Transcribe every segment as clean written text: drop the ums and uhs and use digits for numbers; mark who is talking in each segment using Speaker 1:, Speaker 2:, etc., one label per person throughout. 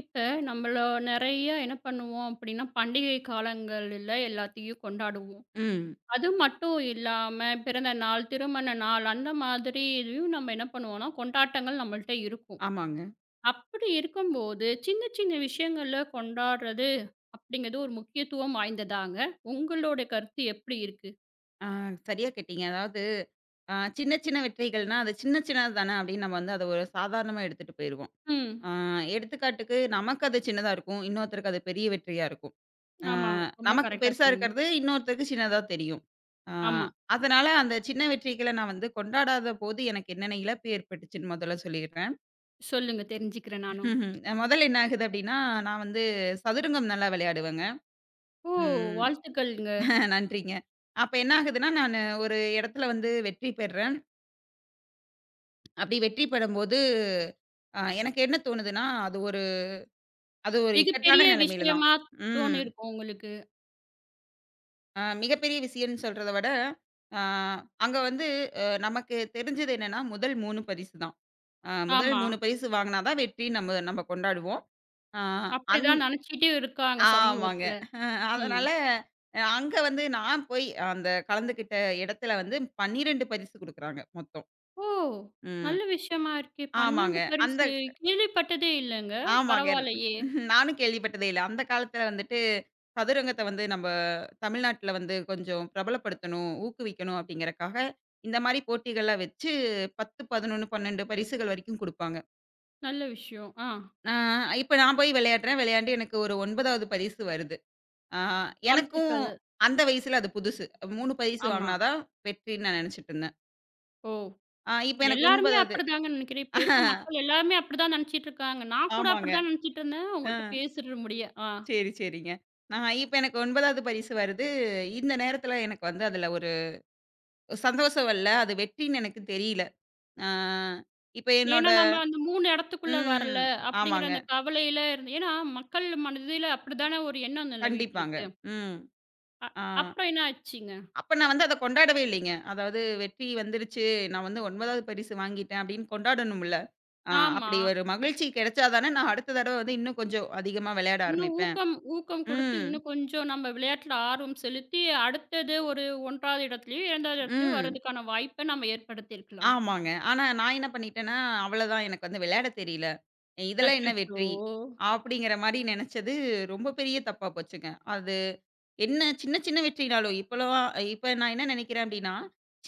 Speaker 1: இப்ப நம்மள நெறைய என்ன பண்ணுவோம் அப்படின்னா, பண்டிகை காலங்கள்ல எல்லாத்தையும் கொண்டாடுவோம்.
Speaker 2: ம்.
Speaker 1: அது மட்டும் இல்லாம பிறந்த நாள், திருமண நாள் அந்த மாதிரி இதுலயும் நம்ம என்ன பண்ணுவோம்னா, கொண்டாட்டங்கள் நம்மள்ட்ட இருக்கும்.
Speaker 2: ஆமாங்க.
Speaker 1: அப்படி இருக்கும்போது, சின்ன சின்ன விஷயங்கள்ல கொண்டாடுறது அப்படிங்கிறது ஒரு முக்கியத்துவம் வாய்ந்ததாங்க. உங்களோட கருத்து எப்படி இருக்கு?
Speaker 2: ஆ சரியா கேட்டீங்க. அதாவது சின்ன சின்ன வெற்றிகள்னா, அது சின்ன சின்னது தானே அப்படின்னு நம்ம வந்து அத ஒரு சாதாரணமா எடுத்துட்டு போயிருவோம்.
Speaker 1: ம்.
Speaker 2: ஆ எடுத்துக்காட்டுக்கு நமக்கு அது சின்னதா இருக்கும். இன்னொருத்தருக்கு அது பெரிய வெற்றியா இருக்கும். ஆ
Speaker 1: ஆமா. ரொம்ப
Speaker 2: நமக்கு
Speaker 1: கரெக்ட்டா
Speaker 2: பெருசா
Speaker 1: சொன்னீங்க.
Speaker 2: இருக்கிறது இன்னொருத்தருக்கு சின்னதா தெரியும். ஆ
Speaker 1: ஆமா.
Speaker 2: அதனால அந்த சின்ன வெற்றிகள நான் வந்து கொண்டாடாத போது எனக்கு என்னென்ன இழப்பு ஏற்பட்டுச்சுன்னு முதல்ல சொல்லிடுறேன்.
Speaker 1: சொல்லுங்க தெரிஞ்சுக்கிறேன் நானும்.
Speaker 2: முதல்ல என்ன ஆகுது அப்படின்னா, நான் வந்து சதுரங்கம் நல்லா விளையாடுவேங்க.
Speaker 1: ஓ!
Speaker 2: ம்.
Speaker 1: வாழ்த்துக்கள்ங்க.
Speaker 2: நன்றிங்க. அப்ப என்ன ஆகுதுன்னா, நானு ஒரு இடத்துல வந்து வெற்றி பெற்றேன். அப்படி வெற்றி பெறும்போது, எனக்கு என்ன தோணுதுன்னா, அது ஒரு
Speaker 1: மிகப்பெரிய
Speaker 2: இக்கட்டான நிலைமையில தான்.
Speaker 1: விஷயமா
Speaker 2: ம்.
Speaker 1: தோணியிருக்கும் உங்களுக்கு.
Speaker 2: மிகப்பெரிய விஷயம்ன்னு சொல்றத விட, அ அங்க வந்து நமக்கு தெரிஞ்சது என்னன்னா, முதல் 3 பரிசு தான். முதல்
Speaker 1: ஆமா.
Speaker 2: 3 பரிசு வாங்குனா தான் வெற்றின்னு நம்ம நம்ம கொண்டாடுவோம். அ அந்
Speaker 1: அப்படிதான் நினைச்சிட்டே இருக்காங்க
Speaker 2: ஆமாங்க.
Speaker 1: சமூகத்துல.
Speaker 2: அ
Speaker 1: ம்.
Speaker 2: அதனால அங்க வந்து நான் போய் அந்த கலந்துக்கிட்ட இடத்துல வந்து 12 பரிசு குடுக்குறாங்க மொத்தம்.
Speaker 1: ஓ!
Speaker 2: ம்.
Speaker 1: நல்ல விஷயமா இருக்கே.
Speaker 2: ஆமாங்க.
Speaker 1: 12
Speaker 2: அந்த
Speaker 1: பரிசு கேள்விப்பட்டதே இல்லங்க.
Speaker 2: ஆமாங்க.
Speaker 1: பரவாயில்லையே!
Speaker 2: நானும் கேள்விப்பட்டதே இல்ல. அந்த காலத்துல வந்துட்டு சதுரங்கத்த வந்து நம்ப தமிழ்நாட்டுல வந்து கொஞ்சம் பிரபலப்படுத்தணும், ஊக்குவிக்கணும் அப்படிங்கிறக்காக, இந்த மாரி போட்டிகள்லாம் வச்சு 10, 11, 12 பரிசுகள் வரைக்கும் குடுப்பாங்க.
Speaker 1: நல்ல விஷயம். ஆ
Speaker 2: ஆ இப்ப நான் போய் விளையாடுறேன். விளையாண்டு எனக்கு ஒரு 9வது பரிசு வருது. ஆ எனக்கும்
Speaker 1: வாழ்த்துக்கள்.
Speaker 2: அந்த வயசுல அது புதுசு. 3 பரிசு
Speaker 1: ஆமா.
Speaker 2: வாங்குனா தான் வெற்றின்னு நான் நெனச்சுட்டுருந்தேன்.
Speaker 1: ஓ!
Speaker 2: ஆ இப்ப எனக்கு
Speaker 1: எல்லாருமே
Speaker 2: 9வது
Speaker 1: அப்படிதாங்க நினைக்கிறேன். இப்ப இருக்க மக்கள் எல்லாருமே அப்படிதான் நினைச்சிட்டு இருக்காங்க. நான் கூட
Speaker 2: ஆமாங்க.
Speaker 1: அப்படிதான் நினைச்சிட்டு இருந்தேன்.
Speaker 2: ஆ.
Speaker 1: உங்கள்ட்ட பேசுற முடிய. ஆ.
Speaker 2: சரி, சரிங்க. நான் இப்ப எனக்கு 9வது பரிசு வருது. இந்த நேரத்துல எனக்கு வந்து அதுல ஒரு சந்தோஷம் வரல. அது வெற்றின்னு எனக்கு தெரியல. ஆ இப்ப என்னோட
Speaker 1: ஏன்னா நம்ம அந்த 3 இடத்துக்குள்ள வரல
Speaker 2: ம்.
Speaker 1: அப்படிங்கிற
Speaker 2: ஆமாங்க.
Speaker 1: அந்த கவலையில இருந்து ஏன்னா மக்கள் மனதில அப்படிதானே ஒரு எண்ணம் நிலவிட்டு
Speaker 2: கண்டிப்பாங்க.
Speaker 1: இருக்கு.
Speaker 2: ம்.
Speaker 1: அ
Speaker 2: ஆ
Speaker 1: அப்புறம் என்ன ஆச்சுங்க?
Speaker 2: அப்ப நான் வந்து அத கொண்டாடவே இல்லைங்க. அதாவது வெற்றி வந்துருச்சு. நான் வந்து 9வது பரிசு வாங்கிட்டேன் அப்படின்னு கொண்டாடணும்ல.
Speaker 1: ஆமா.
Speaker 2: அப்படி ஒரு மகிழ்ச்சி கிடைச்சா தானே நான் அடுத்த தடவ வந்து இன்னும் கொஞ்சம் அதிகமா விளையாட
Speaker 1: இன்னும்
Speaker 2: ஆரம்பிப்பேன்.
Speaker 1: ஊக்கம் ஊக்கம் குடுத்து,
Speaker 2: ம்.
Speaker 1: இன்னும் கொஞ்சம் நம்ம விளையாட்டுல ஆர்வம் செலுத்தி, அடுத்தது ஒரு 1வது இடத்துலயோ, 2வது இடத்துலயோ
Speaker 2: ம்.
Speaker 1: வர்றதுக்கான வாய்ப்ப நம்ம ஏற்படுத்தியிருக்கலாம்.
Speaker 2: ஆமாங்க. ஆனா நான் என்ன பண்ணிட்டேன்னா, அவ்வளதான் எனக்கு வந்து விளையாட தெரியல. இதெல்லாம் என்ன
Speaker 1: அச்சச்சோ!
Speaker 2: வெற்றி? அப்படிங்கிற மாரி நெனச்சது ரொம்ப பெரிய தப்பா போச்சுங்க. அது என்ன சின்ன சின்ன வெற்றினாலும் இப்பலாம் இப்ப நான் என்ன நெனைக்கிறேன் அப்படின்னா,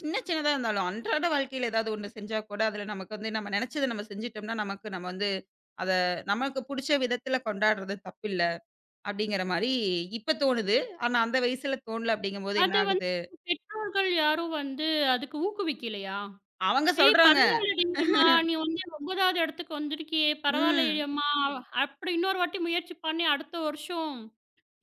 Speaker 2: சின்ன சின்னதா இருந்தாலும் அன்றாட வாழ்க்கையில ஏதாவது ஒண்ணு செஞ்சா கூட அதுல நமக்கு வந்து நம்ம நெனச்சத நம்ம செஞ்சுட்டோம்னா, நமக்கு நம்ம வந்து அத நமக்கு புடிச்ச விதத்துல கொண்டாடுறது தப்பில்ல. அப்படிங்கிற மாரி இப்ப தோணுது. ஆனா அந்த வயசுல தோணல அப்படிங்கும்போது என்ன
Speaker 1: அது வந்து
Speaker 2: ஆகுது?
Speaker 1: பெற்றோர்கள் யாரும் வந்து அதுக்கு ஊக்குவிக்கலையா?
Speaker 2: அவங்க
Speaker 1: "ஏய்
Speaker 2: சொல்றாங்க.
Speaker 1: பரவாயில்லடி அம்மா! நீ வந்து 9வது இடத்துக்கு வந்திருக்கியே! பரவாயில்லடி
Speaker 2: ம்.
Speaker 1: அம்மா!" அப்படி இன்னொரு வாட்டி முயற்சி பண்ணி அடுத்த வருஷம்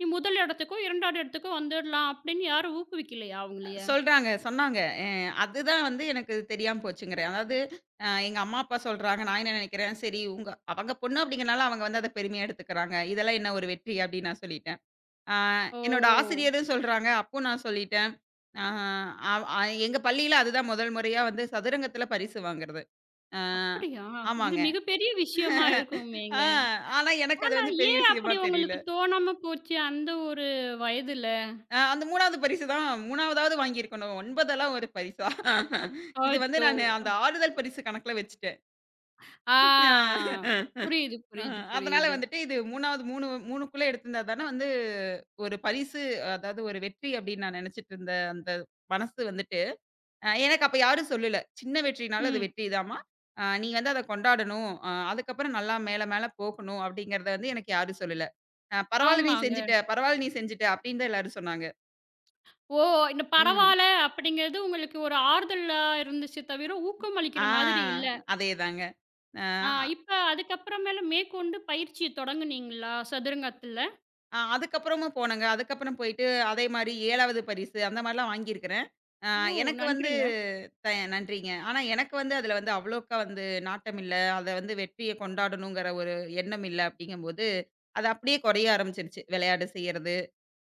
Speaker 1: நீ முதல் இடத்துக்கோ, 2வது இடத்துக்கோ வந்துடலாம் அப்படின்னு யாரும் ஊக்குவிக்கலையா அவங்களைய?
Speaker 2: சொல்றாங்க. சொன்னாங்க. அதுதான் வந்து எனக்கு தெரியாம போச்சுங்கிறேன். அதாவது எங்க அம்மா, அப்பா சொல்றாங்க. நான் என்ன நெனைக்கிறேன், சரி உங்க அவங்க பொண்ணு அப்படிங்கிறனால அவங்க வந்து அத பெருமையா எடுத்துக்கிறாங்க. இதெல்லாம் என்ன ஒரு வெற்றி அப்படின்னு நான் சொல்லிட்டேன். ஆ என்னோட
Speaker 1: ஓ!
Speaker 2: ஆசிரியரும் சொல்றாங்க. அப்பவும் நான் சொல்லிட்டேன். ஆ அவ் அ எங்க பள்ளியில அதுதான் முதல் முறையா வந்து சதுரங்கத்தில பரிசு வாங்குறது. ஆ
Speaker 1: அப்படியா? இது
Speaker 2: ஆமாங்க.
Speaker 1: மிகப்பெரிய விஷயமா
Speaker 2: ஆ
Speaker 1: இருக்குமேங்க.
Speaker 2: ஆனா எனக்கு அது வந்து பெரிய
Speaker 1: ஏன்
Speaker 2: விஷயமா
Speaker 1: அப்படி
Speaker 2: தெரியல.
Speaker 1: உங்களுக்கு தோணாம போச்சு அந்த ஒரு வயதுல?
Speaker 2: அந்த 3வது பரிசு தான் 3வதாவது வாங்கியிருக்கணும். 9 ஒரு பரிசா? இது வந்து
Speaker 1: அச்சோ!
Speaker 2: நானு அந்த ஆறுதல் பரிசு கணக்குல வச்சுட்டேன்.
Speaker 1: ஆ
Speaker 2: அ
Speaker 1: புரியுது,
Speaker 2: அ
Speaker 1: புரியுது,
Speaker 2: அதனால
Speaker 1: புரியுது.
Speaker 2: வந்துட்டு இது 3வது 3 3க்குள்ள எடுத்திருந்தா தானே வந்து ஒரு பரிசு, அதாவது ஒரு வெற்றி அப்படின்னு நான் நினைச்சிட்டு இருந்த அந்த மனசு வந்துட்டு, எனக்கு அப்ப யாரும் சொல்லல. சின்ன வெற்றினாலும் அது
Speaker 1: ம்.
Speaker 2: வெற்றிதாம்மா. நீ வந்து அத கொண்டாடணும். அதுக்கப்புறம் நல்லா மேல மேல போகணும் அப்படிங்கிறத வந்து எனக்கு யாரும் சொல்லல. பரவால்ல நீ
Speaker 1: ஆமாங்க.
Speaker 2: செஞ்சுட்ட, பரவால்ல நீ செஞ்சுட்ட அப்படின்னு தான் எல்லாரும் சொன்னாங்க.
Speaker 1: ஓ! இந்த
Speaker 2: ம்.
Speaker 1: பரவால்ல அப்படிங்கிறது உங்களுக்கு ஒரு ஆறுதலா இருந்துச்சு தவிர,
Speaker 2: ஆ
Speaker 1: ஊக்கமளிக்கிற மாதிரி இல்ல.
Speaker 2: அதேதாங்க. அ
Speaker 1: ஆ இப்ப அதுக்கப்புறமேல மேற்கொண்டு பயிற்சிய தொடங்குனீங்களா சதுரங்கத்துல?
Speaker 2: அ அதுக்கப்புறமும் போனேங்க. அதுக்கப்புறம் போயிட்டு அதே மாரி 7வது பரிசு அந்த மாரிலாம் வாங்கியிருக்கிறேன். அ
Speaker 1: ஓ!
Speaker 2: எனக்கு வந்து
Speaker 1: நன்றுங்க.
Speaker 2: த நன்றிங்க. ஆனா எனக்கு வந்து அதுல வந்து அவ்வளோக்கா வந்து நாட்டம் இல்ல. அத வந்து வெற்றிய கொண்டாடணுங்கிற ஒரு எண்ணம் இல்ல அப்படிங்கும்போது, அது அப்படியே குறைய ஆரம்பிச்சிருச்சு. விளையாட செய்யறது,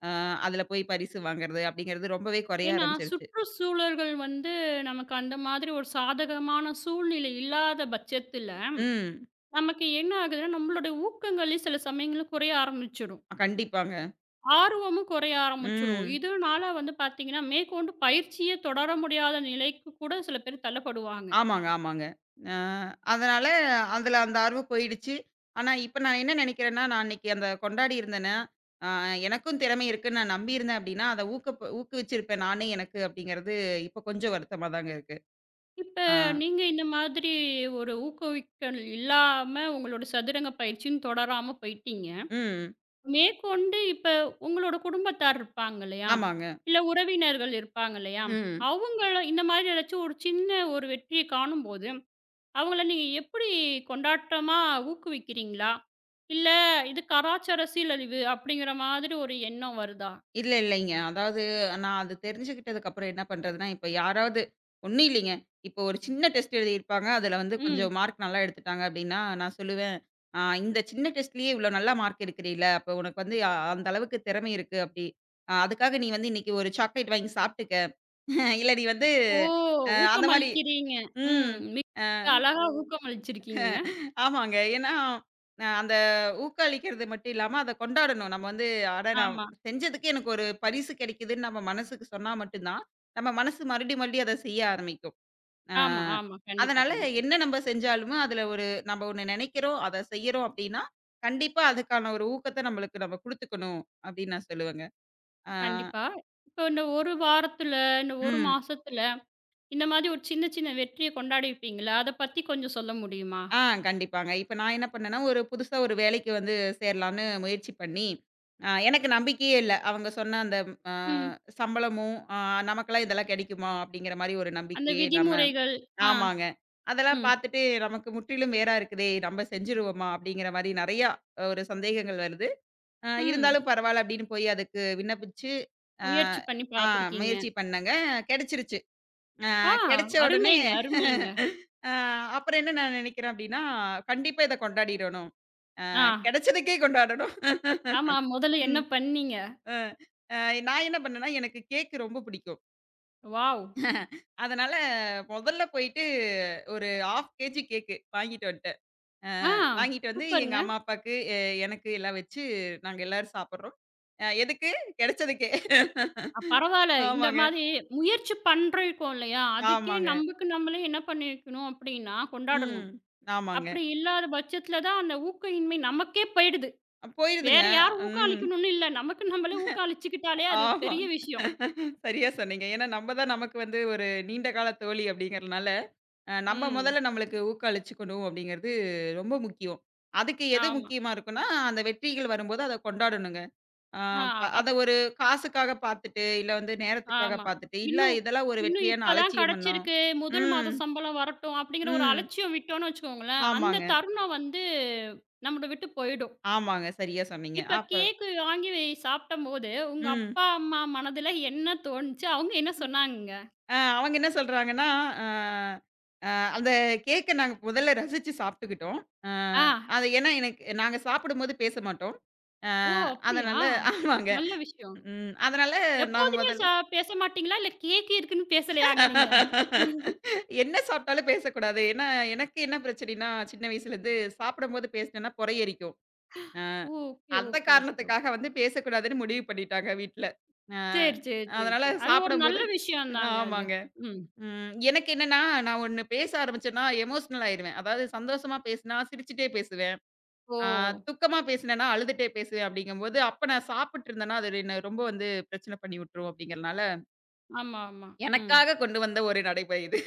Speaker 2: அ அதுல போய் பரிசு வாங்குறது அப்படிங்கிறது ரொம்பவே குறைய
Speaker 1: ஏன்னா
Speaker 2: ஆரம்பிச்சிருச்சு.
Speaker 1: சுற்றுச்சூழல்கள் வந்து நமக்கு அந்த மாதிரி ஒரு சாதகமான சூழ்நிலை இல்லாத பட்சத்துல
Speaker 2: ம்.
Speaker 1: நமக்கு என்ன ஆகுதுன்னா, நம்மளுடைய ஊக்கங்களே சில சமயங்கள்ல குறைய ஆரம்பிச்சுடும்.
Speaker 2: கண்டிப்பாங்க.
Speaker 1: ஆர்வமும் குறைய ஆரம்பிச்சுரும்.
Speaker 2: ம்.
Speaker 1: இதனால வந்து பார்த்தீங்கன்னா, மேற்கொண்டு பயிற்சியே தொடர முடியாத நிலைக்கு கூட சில பேர் தள்ளப்படுவாங்க.
Speaker 2: ஆமாங்க, ஆமாங்க. அ அதனால அதுல அந்த ஆர்வம் போயிடுச்சு. ஆனா இப்ப நான் என்ன நெனைக்கிறேன்னா, நான் அன்னைக்கு அந்த கொண்டாடி இருந்தேன்னா, அ எனக்கும் திறமை இருக்குன்னு நான் நம்பியிருந்தேன் அப்டின்னா, அத ஊக்குவிச்சிருப்பேன் நானே எனக்கு அப்டிங்கிறது இப்ப கொஞ்சம் வருத்தமா தாங்க இருக்கு.
Speaker 1: இப்ப
Speaker 2: ஆ.
Speaker 1: நீங்க இந்த மாதிரி ஒரு ஊக்குவித்தல் இல்லாம உங்களோட சதுரங்க பயிற்சின்னு தொடராம போயிட்டீங்க.
Speaker 2: ம்.
Speaker 1: மேற்கொண்டு இப்ப உங்களோட குடும்பத்தார் இருப்பாங்க இல்லையா?
Speaker 2: ஆமாங்க.
Speaker 1: இல்ல உறவினர்கள் இருப்பாங்க இல்லையா?
Speaker 2: ம்.
Speaker 1: அவங்கள இந்த மாதிரி ஏதாச்சும் ஒரு சின்ன ஒரு வெற்றிய காணும்போது அவங்கள நீங்க எப்படி கொண்டாட்டமா ஊக்குவிக்கிறீங்களா? இல்ல இது கலாச்சார சீரழிவு அப்படிங்கிற மாதிரி ஒரு எண்ணம் வருதா?
Speaker 2: இல்ல, இல்லைங்க. அதாவது நான் அது தெரிஞ்சுக்கிட்டதுக்கப்புறம் என்ன பண்றதுன்னா, இப்ப யாராவது ஒண்ணும் இல்லைங்க. இப்போ ஒரு சின்ன டெஸ்ட் எழுதியிருப்பாங்க. அதுல வந்து கொஞ்சம்
Speaker 1: ம்.
Speaker 2: மார்க் நல்லா எடுத்துட்டாங்க அப்டின்னா, நான் சொல்லுவேன், இந்த சின்ன டெஸ்ட்லயே இவ்ளோ நல்லா மார்க் எடுக்கிறீல்ல, அப்ப உனக்கு வந்து அந்த அளவுக்கு திறமை இருக்கு அப்டி. அதுக்காக நீ வந்து இன்னைக்கு ஒரு சாக்லேட் வாங்கி சாப்ட்டுக்க. இல்ல நீ வந்து"
Speaker 1: ஓ!
Speaker 2: அந்த மாரி
Speaker 1: ஊக்கமளிக்கிறீங்க.
Speaker 2: ம்.
Speaker 1: ம். மிக
Speaker 2: அ
Speaker 1: மிக அழகா ஊக்கமளிச்சிருக்கீங்க.
Speaker 2: ஆமாங்க. ஏன்னா, அந்த ஊக்களிக்கிறது மட்டும் இல்லாம, அத கொண்டாடணும். நம்ம வந்து, "அட நான்
Speaker 1: ஆமா,
Speaker 2: செஞ்சதுக்கு எனக்கு ஒரு பரிசு கிடைக்குதுன்னு" நம்ம மனசுக்கு சொன்னா மட்டும் தான், நம்ம மனசு மறுபடியும் மறுபடியும் அத செய்ய ஆரம்பிக்கும். அ
Speaker 1: ஆமா, ஆமா. கண்டிப்பா,
Speaker 2: அதனால
Speaker 1: கண்டிப்பா.
Speaker 2: என்ன நம்ப செஞ்சாலுமே, அதுல ஒரு நம்ம ஒண்ணு நெனைக்கிறோம், அத செய்யறோம் அப்டின்னா, கண்டிப்பா அதுக்கான ஒரு ஊக்கத்த நம்மளுக்கு நம்ம குடுத்துக்கணும், அப்டின்னு நான் சொல்லுவேங்க. ஆ.
Speaker 1: கண்டிப்பா. இப்போ இந்த 1 வாரத்துல, இந்த 1
Speaker 2: ம்.
Speaker 1: மாசத்துல இந்த மாதிரி ஒரு சின்ன சின்ன வெற்றிய கொண்டாடியிருப்பீங்கள்ல, அத பத்தி கொஞ்சம் சொல்ல முடியுமா?
Speaker 2: ஆ கண்டிப்பாங்க. இப்ப நான் என்ன பண்ணேன்னா, ஒரு புதுசா ஒரு வேலைக்கு வந்து சேரலான்னு முயற்சி பண்ணி, எனக்கு நம்பிக்கையே இல்ல. அவங்க சொன்ன அந்த அ
Speaker 1: ம்.
Speaker 2: சம்பளமும், நமக்கெல்லாம் இதெல்லாம் கெடைக்குமா? அப்படிங்கிற மாரி ஒரு
Speaker 1: அந்த
Speaker 2: நம்பிக்கையே இல்லாம
Speaker 1: விதிமுறைகள். ஆ.
Speaker 2: ஆமாங்க. அதெல்லாம்
Speaker 1: ம்.
Speaker 2: பார்த்துட்டு நமக்கு முற்றிலும் வேறா இருக்குதே! நம்ம செஞ்சுருவோமா? அப்படிங்கிற மாரி நெறையா ஒரு சந்தேகங்கள் வருது.
Speaker 1: ம்.
Speaker 2: இருந்தாலும் பரவால்ல அப்படின்னு போய் அதுக்கு விண்ணப்பிச்சு, அ
Speaker 1: முயற்சி பண்ணி
Speaker 2: ஆ
Speaker 1: பார்த்துருக்கீங்க.
Speaker 2: முயற்சி பண்ணேங்க. கெடைச்சிருச்சு. ஆ
Speaker 1: ஆ.
Speaker 2: கிடைச்ச உடனே
Speaker 1: அருமைங்க, அருமைங்க.
Speaker 2: அ அப்புறம் என்ன நான் நினைக்கிறேன் அப்படின்னா, கண்டிப்பா இத கொண்டாடிறணும்.
Speaker 1: ஆ.
Speaker 2: கிடைச்சதுக்கே கொண்டாடணும்.
Speaker 1: ஆமா. முதல்ல என்ன
Speaker 2: ம்.
Speaker 1: பண்ணீங்க?
Speaker 2: அ அ நான் என்ன பண்ணேன்னா, எனக்கு கேக் ரொம்ப பிடிக்கும்.
Speaker 1: வாவ்!
Speaker 2: அதனால முதல்ல போயிட்டு ஒரு 1/2 கேஜி கேக்கு வாங்கிட்டு வந்துட்டேன். அ
Speaker 1: ஆ
Speaker 2: வாங்கிட்டு வந்து எங்க
Speaker 1: சூப்பருங்க.
Speaker 2: அம்மா, அப்பாக்கு, எனக்கு எல்லாம் வச்சு நாங்க எல்லாரும் சாப்பிடுறோம். எதுக்கு? கிடைச்சதுக்கே.
Speaker 1: அ பரவால்ல. இந்த
Speaker 2: ஆமாங்க,
Speaker 1: மாதிரி முயற்சி பண்றோம் இல்லையா? அதுக்கே
Speaker 2: ஆமாங்க.
Speaker 1: நமக்கு நம்மளே என்ன பண்ணிக்கணும் அப்படின்னா, கொண்டாடணும்.
Speaker 2: ம். ஆமாங்க.
Speaker 1: அப்படி இல்லாத பட்சத்தில தான் அந்த ஊக்கயின்மை நமக்கே போயிடுது.
Speaker 2: போயிருதுங்க.
Speaker 1: வேற யாரும் ஊக்கம்
Speaker 2: ம்.
Speaker 1: அளிக்கணும்னு இல்ல. நமக்கு நம்மளே ஊக்கம் அளிச்சுக்கிட்டாலே அது
Speaker 2: ஆமா.
Speaker 1: பெரிய விஷயம்.
Speaker 2: சரியா சொன்னீங்க. ஏன்னா, நம்ம தான் நமக்கு வந்து ஒரு நீண்ட கால தோழி அப்படிங்கிறதுனால, நம்ம
Speaker 1: ம்.
Speaker 2: முதல்ல நம்மளுக்கு ஊக்க அளிச்சுக்கணும் அப்படிங்கிறது ரொம்ப முக்கியம். அதுக்கு எது
Speaker 1: ஆமா.
Speaker 2: முக்கியமா இருக்குன்னா, அந்த வெற்றிகள் வரும்போது அத கொண்டாடணுங்க. அ ப
Speaker 1: ஆ.
Speaker 2: அத ஒரு காசுக்காக பார்த்துட்டு, இல்ல வந்து நேரத்துக்காக
Speaker 1: ஆமா.
Speaker 2: பார்த்துட்டு, இல்ல
Speaker 1: இன்னும்
Speaker 2: இதெல்லாம் ஒரு
Speaker 1: இன்னும்
Speaker 2: வெற்றியா நான்
Speaker 1: இப்ப தான்
Speaker 2: அலட்சியம் பண்ணோம்.
Speaker 1: கிடைச்சிருக்கு. முதல்
Speaker 2: ம்,
Speaker 1: மாத சம்பளம் வரட்டும் அப்படிங்கிற ஒரு
Speaker 2: ம்.
Speaker 1: அலட்சியம் விட்டோம்னு வச்சுக்கோங்களேன்,
Speaker 2: ஆமாங்க,
Speaker 1: அந்த தருணம் வந்து நம்மள விட்டு போயிடும்.
Speaker 2: ஆமாங்க. சரியா சொன்னீங்க.
Speaker 1: இப்ப
Speaker 2: அப்ப
Speaker 1: கேக்கு வாங்கி சாப்பிட்டம்போது, உங்க
Speaker 2: ம்.
Speaker 1: அப்பா, அம்மா மனதுல என்ன தோணுச்சு? அவங்க என்ன சொன்னாங்கங்க?
Speaker 2: அவங்க என்ன சொல்றாங்கன்னா, அ அ அந்த கேக்க நாங்க முதல்ல ரசிச்சு சாப்பிட்டுக்கிட்டோம். அ
Speaker 1: ஆ.
Speaker 2: அது ஏன்னா எனக்கு நாங்க சாப்பிடும்போது பேச மாட்டோம். அ
Speaker 1: ஓ! அப்படியா?
Speaker 2: அதனால ஆமாங்க.
Speaker 1: நல்ல விஷயம்.
Speaker 2: ம். அதனால நாங்க
Speaker 1: எப்போதுமே
Speaker 2: முதல்
Speaker 1: ச பேச மாட்டீங்களா? இல்ல கேக் இருக்குன்னு பேசலையாங்க நீங்க?
Speaker 2: என்ன சாப்பிட்டாலும் பேசக்கூடாது. ஏன்னா, எனக்கு என்ன பிரச்சனைன்னா, சின்ன வயசுலேருந்து சாப்பிடும்போது பேசினேன்னா பொறையெரிக்கும். அ
Speaker 1: ஓகே,
Speaker 2: அந்த
Speaker 1: ஓகே, ஓகே, ஓகே.
Speaker 2: காரணத்துக்காக வந்து பேசக்கூடாதுன்னு முடிவு பண்ணிட்டாங்க வீட்ல. அ
Speaker 1: சரி, சரி, சரி,
Speaker 2: அதனால
Speaker 1: சரி. அது ஒரு
Speaker 2: சாப்பிடும்போது
Speaker 1: நல்ல விஷயம் தாங்க அது.
Speaker 2: ஆமாங்க.
Speaker 1: ம்.
Speaker 2: ம். எனக்கு என்னன்னா, நான் ஒண்ணு பேச ஆரம்பிச்சேன்னா எமோஷனல் ஆயிருவேன். அதாவது சந்தோஷமா பேசினா சிரிச்சுட்டே பேசுவேன். ஆ
Speaker 1: ஓ!
Speaker 2: துக்கமா பேசினேன்னா அழுதுட்டே பேசுவேன் அப்படிங்கும்போது, அப்ப நான் சாப்பிட்டு இருந்தேன்னா, அது என்ன ரொம்ப வந்து பிரச்சனை பண்ணி விட்டுரும் அப்படிங்கிறனால,
Speaker 1: ஆமா, ஆமா. ம்.
Speaker 2: எனக்காக கொண்டு வந்த ஒரு நடைமுறை இது.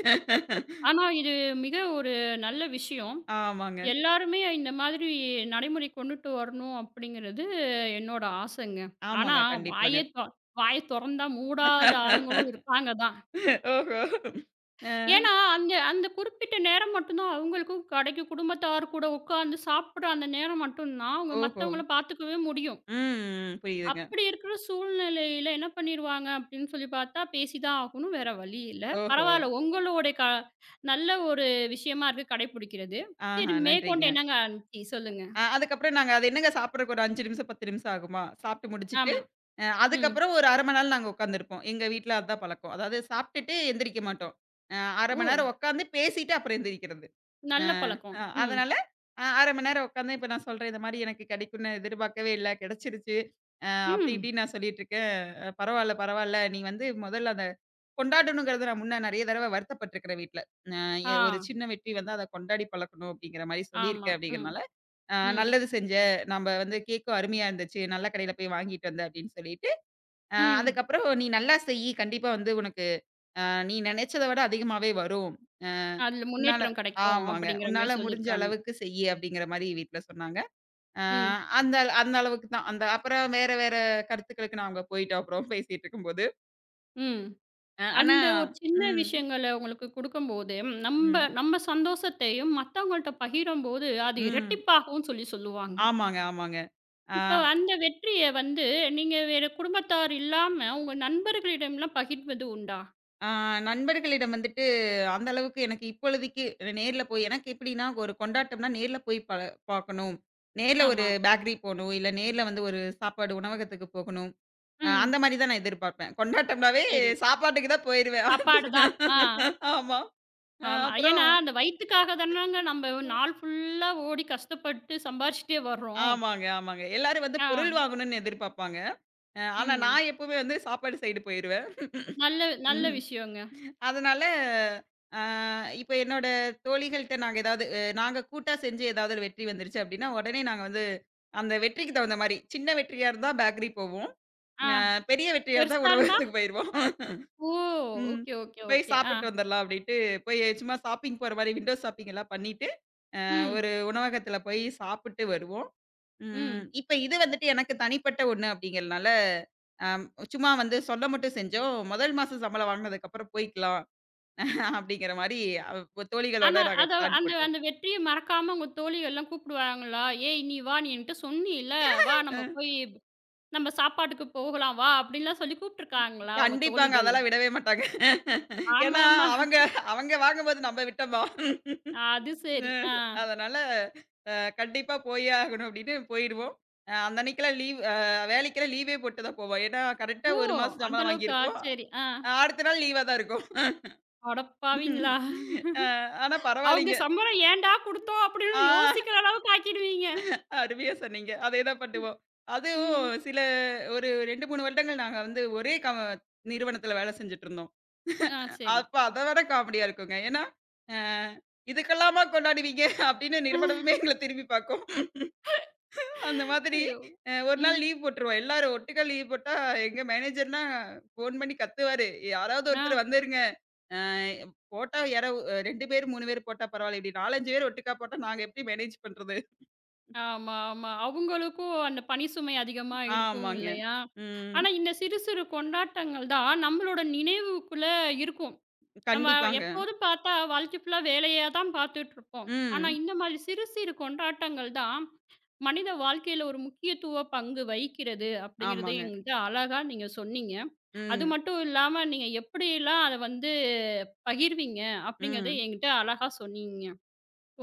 Speaker 1: ஆனா, இது மிக ஒரு நல்ல விஷயம்.
Speaker 2: ஆமாங்க.
Speaker 1: எல்லாருமே இந்த மாதிரி நடைமுறை கொண்டுட்டு வரணும் அப்படிங்கிறது என்னோட ஆசைங்க. ஆனா,
Speaker 2: ஆமாங்க.
Speaker 1: வாயே
Speaker 2: கண்டிப்பாங்க.
Speaker 1: தொ வாய தொறந்தா மூடாத ஆளுங்களும் இருக்காங்க தான்.
Speaker 2: ஓஹோ! அ
Speaker 1: ஏன்னா, அந்த அந்த குறிப்பிட்ட நேரம் மட்டும் தான் அவங்களுக்கும் கடைக்கு குடும்பத்தார் கூட உட்காந்து சாப்பிடுற அந்த நேரம் மட்டும் தான் அவங்க
Speaker 2: ஓஹோ!
Speaker 1: மத்தவங்கள பார்த்துக்கவே முடியும்.
Speaker 2: ம். புரியுதுங்க.
Speaker 1: அப்படி இருக்கிற சூழ்நிலையில என்ன பண்ணிருவாங்க அப்படின்னு சொல்லி பார்த்தா, பேசிதான் ஆகணும். வேற வழி இல்ல.
Speaker 2: ஓஹோ!
Speaker 1: பரவால்ல உங்களோட க நல்ல ஒரு விஷயமா இருக்கு கடைபிடிக்கிறது.
Speaker 2: ஆஹா!
Speaker 1: சரி மேற்கொண்டு
Speaker 2: நன்றிங்க.
Speaker 1: என்னங்க ஆனுச்சி? சொல்லுங்க.
Speaker 2: அதுக்கப்புறம் நாங்க அது என்னங்க சாப்பிடுறதுக்கு ஒரு 5 நிமிஷம், 10 நிமிஷம் ஆகுமா? சாப்பிட்டு முடிச்சுட்டு,
Speaker 1: ஆமா. ம்.
Speaker 2: அதுக்கப்புறம் ஒரு 1/2 மணி நேரம் நாங்க உட்காந்துருப்போம். எங்க வீட்ல அதான் பழக்கம். அதாவது சாப்பிட்டுட்டு எந்திரிக்க மாட்டோம். அ 1/2
Speaker 1: ஓ!
Speaker 2: மணி நேரம் உட்காந்து பேசிட்டு அப்புறம் எந்திரிக்கிறது. அ
Speaker 1: நல்ல பழக்கம்.
Speaker 2: அ
Speaker 1: ம்.
Speaker 2: அதனால 1/2 மணி நேரம் உட்காந்து இப்ப நான் சொல்றேன், "இந்த மாரி எனக்கு கிடைக்கும்னு எதிர்பார்க்கவே இல்ல. கிடைச்சிருச்சு." அ அப்படி
Speaker 1: ம்.
Speaker 2: இப்படின்னு நான் சொல்லிட்டு இருக்கேன். பரவால்ல, பரவால்ல. நீ வந்து முதல்ல அத கொண்டாடணுங்கிறது நான் முன்ன நெறைய தடவ வருத்தப்பட்டுருக்கிறேன் வீட்ல. அ எ
Speaker 1: ஆ.
Speaker 2: ஒரு சின்ன வெற்றி வந்தா அத கொண்டாடி பழக்கணும்." அப்படிங்கிற மாரி
Speaker 1: ஆமா.
Speaker 2: சொல்லியிருக்கேன்
Speaker 1: ம்.
Speaker 2: அப்படிங்கிறனால,
Speaker 1: ம்.
Speaker 2: நல்லது செஞ்ச, நம்ப வந்து கேக்கும் அருமையா இருந்துச்சு. நல்ல கடையில போய் வாங்கிட்டு வந்த அப்படின்னு சொல்லிட்டு,
Speaker 1: ம்.
Speaker 2: அதுக்கப்புறம் "நீ நல்லா செய்யி. கண்டிப்பா வந்து உனக்கு அ நீ நினைச்சத விட அதிகமாவே வரும். அ
Speaker 1: அதுல
Speaker 2: உன்னால"
Speaker 1: முன்னேற்றம் கிடைக்கும்
Speaker 2: ஆமாங்க.
Speaker 1: அப்படிங்கிற மாரி
Speaker 2: "உன்னால முடிஞ்ச
Speaker 1: சொல்லியிருக்காங்க.
Speaker 2: அளவுக்கு செய்யி" அப்படிங்கிற மாரி வீட்ல சொன்னாங்க. அ
Speaker 1: ம்.
Speaker 2: அந்த அந்த அளவுக்கு தான். அந்த அப்புறம் வேற வேற கருத்துக்களுக்கு நாங்க போயிட்டோம் அப்புறம் பேசிட்டு இருக்கும்போது.
Speaker 1: ம்.
Speaker 2: ஆனா
Speaker 1: அந்த ஒரு சின்ன
Speaker 2: ம்,
Speaker 1: விஷயங்கள உங்களுக்கு குடுக்கும்போது, நம்ப
Speaker 2: ம்,
Speaker 1: நம்ம சந்தோஷத்தையும் மத்தவங்கள்ட்ட பகிரும்போது, அது
Speaker 2: ம்.
Speaker 1: இரட்டிப்பாகும்னு சொல்லி சொல்லுவாங்க.
Speaker 2: ஆமாங்க, ஆமாங்க. அ
Speaker 1: இப்போ அந்த வெற்றிய வந்து நீங்க வேற குடும்பத்தார் இல்லாம, உங்க நண்பர்களிடம்லாம் பகிர்வது உண்டா?
Speaker 2: ஆ நண்பர்களிடம் வந்துட்டு அந்த அளவுக்கு எனக்கு இப்பொழுதைக்கு நேர்ல போய் எனக்கு எப்படின்னா ஒரு கொண்டாட்டம்னா நேர்ல போய் பார்க்கணும். நேர்ல ஒரு
Speaker 1: ஆமா.
Speaker 2: பேக்கரி போணும். இல்ல நேர்ல வந்து ஒரு சாப்பாடு உணவகத்துக்கு போகணும். அந்த
Speaker 1: ம்.
Speaker 2: மாரி தான் நான் எதிர்பார்ப்பேன். கொண்டாட்டம்னாவே
Speaker 1: சரி.
Speaker 2: சாப்பாட்டுக்கு தான் போயிருவேன்.
Speaker 1: சாப்பாடு தான். ஆ.
Speaker 2: ஆமா. அ
Speaker 1: ஆமா.
Speaker 2: அப்புறம்
Speaker 1: ஏன்னா, அந்த வயித்துக்காக தானங்க நம்ம நாள் ஃபுல்லா ஓடி கஷ்டப்பட்டு சம்பாரிச்சுட்டே வர்றோம்.
Speaker 2: ஆமாங்க, ஆமாங்க. எல்லாரும் வந்து
Speaker 1: ஆ.
Speaker 2: பொருள் வாங்கணும்னு எதிர்பார்ப்பாங்க. ஆனா
Speaker 1: ம்.
Speaker 2: நான் எப்பவுமே வந்து சாப்பாடு சைடு போயிருவேன்.
Speaker 1: நல்ல நல்ல
Speaker 2: ம்.
Speaker 1: விஷயங்க.
Speaker 2: அதனால, அ இப்ப என்னோட தோழிகள்ட்ட நாங்க ஏதாவது நாங்க கூட்டா செஞ்சு ஏதாவது ஒரு வெற்றி வந்துருச்சு அப்படின்னா, உடனே நாங்க வந்து அந்த வெற்றிக்கு தகுந்த மாரி, சின்ன வெற்றியா இருந்தா பேக்கரி போவோம்.
Speaker 1: ஆ.
Speaker 2: அ பெரிய வெற்றியா இருந்தா
Speaker 1: பெருசா இருந்தா?
Speaker 2: உணவகத்துக்கு போயிருவோம்.
Speaker 1: ஓ!
Speaker 2: ம்.
Speaker 1: ஓகே, ஓகே,
Speaker 2: போய்
Speaker 1: ஓகே. ஆ.
Speaker 2: சாப்பிட்டு வந்துரலாம் அப்படின்ட்டு, போய் சும்மா ஷாப்பிங் போற மாரி விண்டோ ஷாப்பிங் எல்லாம் பண்ணிட்டு,
Speaker 1: ம்.
Speaker 2: ஒரு உணவகத்துல போய் சாப்பிட்டு வருவோம். ம்.
Speaker 1: ம்.
Speaker 2: இப்ப இது வந்துட்டு எனக்கு தனிப்பட்ட ஒண்ணு அப்படிங்கிறனால, அம் சும்மா வந்து சொல்ல மட்டும் செஞ்சோம். முதல் மாசம் சம்பளம் வாங்குனதுக்கப்புறம் போய்க்கலாம். அப்படிங்கிற மாரி அவ தோழிகளோட
Speaker 1: ஆனா,
Speaker 2: நாங்க
Speaker 1: அத
Speaker 2: பிளான்
Speaker 1: அந்த
Speaker 2: போட்டோம்.
Speaker 1: அந்த வெற்றிய மறக்காம உங்க தோழிகள்லாம் கூப்பிடுவாங்களா? "ஏய்! நீ வா! நீ என்கிட்ட சொன்னீல. வா
Speaker 2: ஆ.
Speaker 1: நம்ம போய்" "நம்ம சாப்பாட்டுக்கு போகலாம் வா" அப்படின்லாம் சொல்லி கூப்பிட்டுருக்காங்களா உங்க
Speaker 2: கண்டிப்பாங்க.
Speaker 1: தோழிகள்?
Speaker 2: அதெல்லாம் விடவே மாட்டாங்க. ஏன்னா
Speaker 1: ஆமாமா.
Speaker 2: அவங்க அவங்க வாங்கும்போது நம்ம விட்டோமா?
Speaker 1: அது
Speaker 2: அ.
Speaker 1: சரி. ஆ.
Speaker 2: அதனால அ கண்டிப்பா போயே ஆகணும் அப்படின்னு போயிடுவோம். அ அந்த அன்னைக்கெல்லாம் லீவ் அ வேலைக்கெல்லாம் லீவே போட்டு தான் போவோம். ஏன்னா கரெக்ட்டா
Speaker 1: ஓ!
Speaker 2: 1 மாசம்
Speaker 1: அந்த
Speaker 2: சம்பளம்
Speaker 1: அளவுக்கா?
Speaker 2: வாங்கியிருப்போம்.
Speaker 1: சரி. ஆ.
Speaker 2: அடுத்த நாள் லீவா தான் இருக்கும்.
Speaker 1: அடப்பாவிங்களா!
Speaker 2: அ ஆனா
Speaker 1: அவங்க
Speaker 2: பரவாயில்லைங்க.
Speaker 1: சம்பளம் ஏன்டா குடுத்தோம் அப்படின்னு
Speaker 2: ஆ
Speaker 1: யோசிக்கிற அளவுக்கு ஆக்கிடுவீங்க.
Speaker 2: அருமையா சொன்னீங்க. அதேதான் பண்ணுவோம். அதுவும்
Speaker 1: ம்.
Speaker 2: சில ஒரு 2, 3 வருடங்கள் நாங்க வந்து ஒரே நிறுவனத்துல வேலை செஞ்சுட்டுருந்தோம்.
Speaker 1: ஆ சரி.
Speaker 2: அப்ப அத விட காமெடியா இருக்குங்க. ஏன்னா, அ இதுக்கெல்லாமா கொண்டாடுவீங்க அப்படின்னு நிறுவனமே எங்கள திரும்பி பார்க்கும். அந்த மாதிரி
Speaker 1: ஐயோ!
Speaker 2: ஒரு நாள்
Speaker 1: ம்.
Speaker 2: லீவ் போட்டுருவோம். எல்லாரும் ஒட்டுக்கா லீவ் போட்டா எங்க மேனேஜர்லாம் ஃபோன் பண்ணி கத்துவாரு. யாராவது ஒருத்தர்
Speaker 1: ஆ.
Speaker 2: வந்துருங்க. அ போட்டா யாரோ 2 பேர், 3 பேர் போட்டா பரவாயில்ல. இப்படி 4, 5 பேர் ஒட்டுக்கா போட்டா நாங்க எப்படி மேனேஜ் பண்றது?
Speaker 1: ஆமா, ஆமா. அவங்களுக்கும் அந்த பணி சுமை அதிகமா இருக்கும்
Speaker 2: ஆமாங்க.
Speaker 1: இல்லையா?
Speaker 2: ம்.
Speaker 1: ஆனா இந்த சிறு சிறு கொண்டாட்டங்கள் தான் நம்மளோட நினைவுக்குள்ள இருக்கும். நம்ம
Speaker 2: கண்டிப்பாங்க.
Speaker 1: எப்போதும் பார்த்தா வாழ்க்கை ஃபுல்லா வேலையா தான் பார்த்துட்டு இருப்போம். ஆனா,
Speaker 2: ம்.
Speaker 1: இந்த மாதிரி சிறு சிறு கொண்டாட்டங்கள் தான் மனித வாழ்க்கையில ஒரு முக்கியத்துவ பங்கு வகிக்கிறது அப்படிங்கிறத
Speaker 2: ஆமாங்க.
Speaker 1: என்கிட்ட அழகா நீங்க சொன்னீங்க. அது
Speaker 2: ம்.
Speaker 1: மட்டும் இல்லாம நீங்க எப்படியெல்லாம் அத வந்து பகிர்வீங்க அப்படிங்கிறத
Speaker 2: ம்.
Speaker 1: என்கிட்ட அழகா சொன்னீங்க.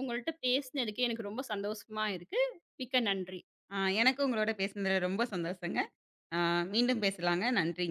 Speaker 1: உங்கள்ட்ட பேசினதுக்கு எனக்கு ரொம்ப சந்தோஷமா இருக்கு. மிக்க நன்றி.
Speaker 2: எனக்கும் உங்களோட பேசினதுல ரொம்ப சந்தோஷங்க. ஆ மீண்டும் பேசலாங்க. நன்றி.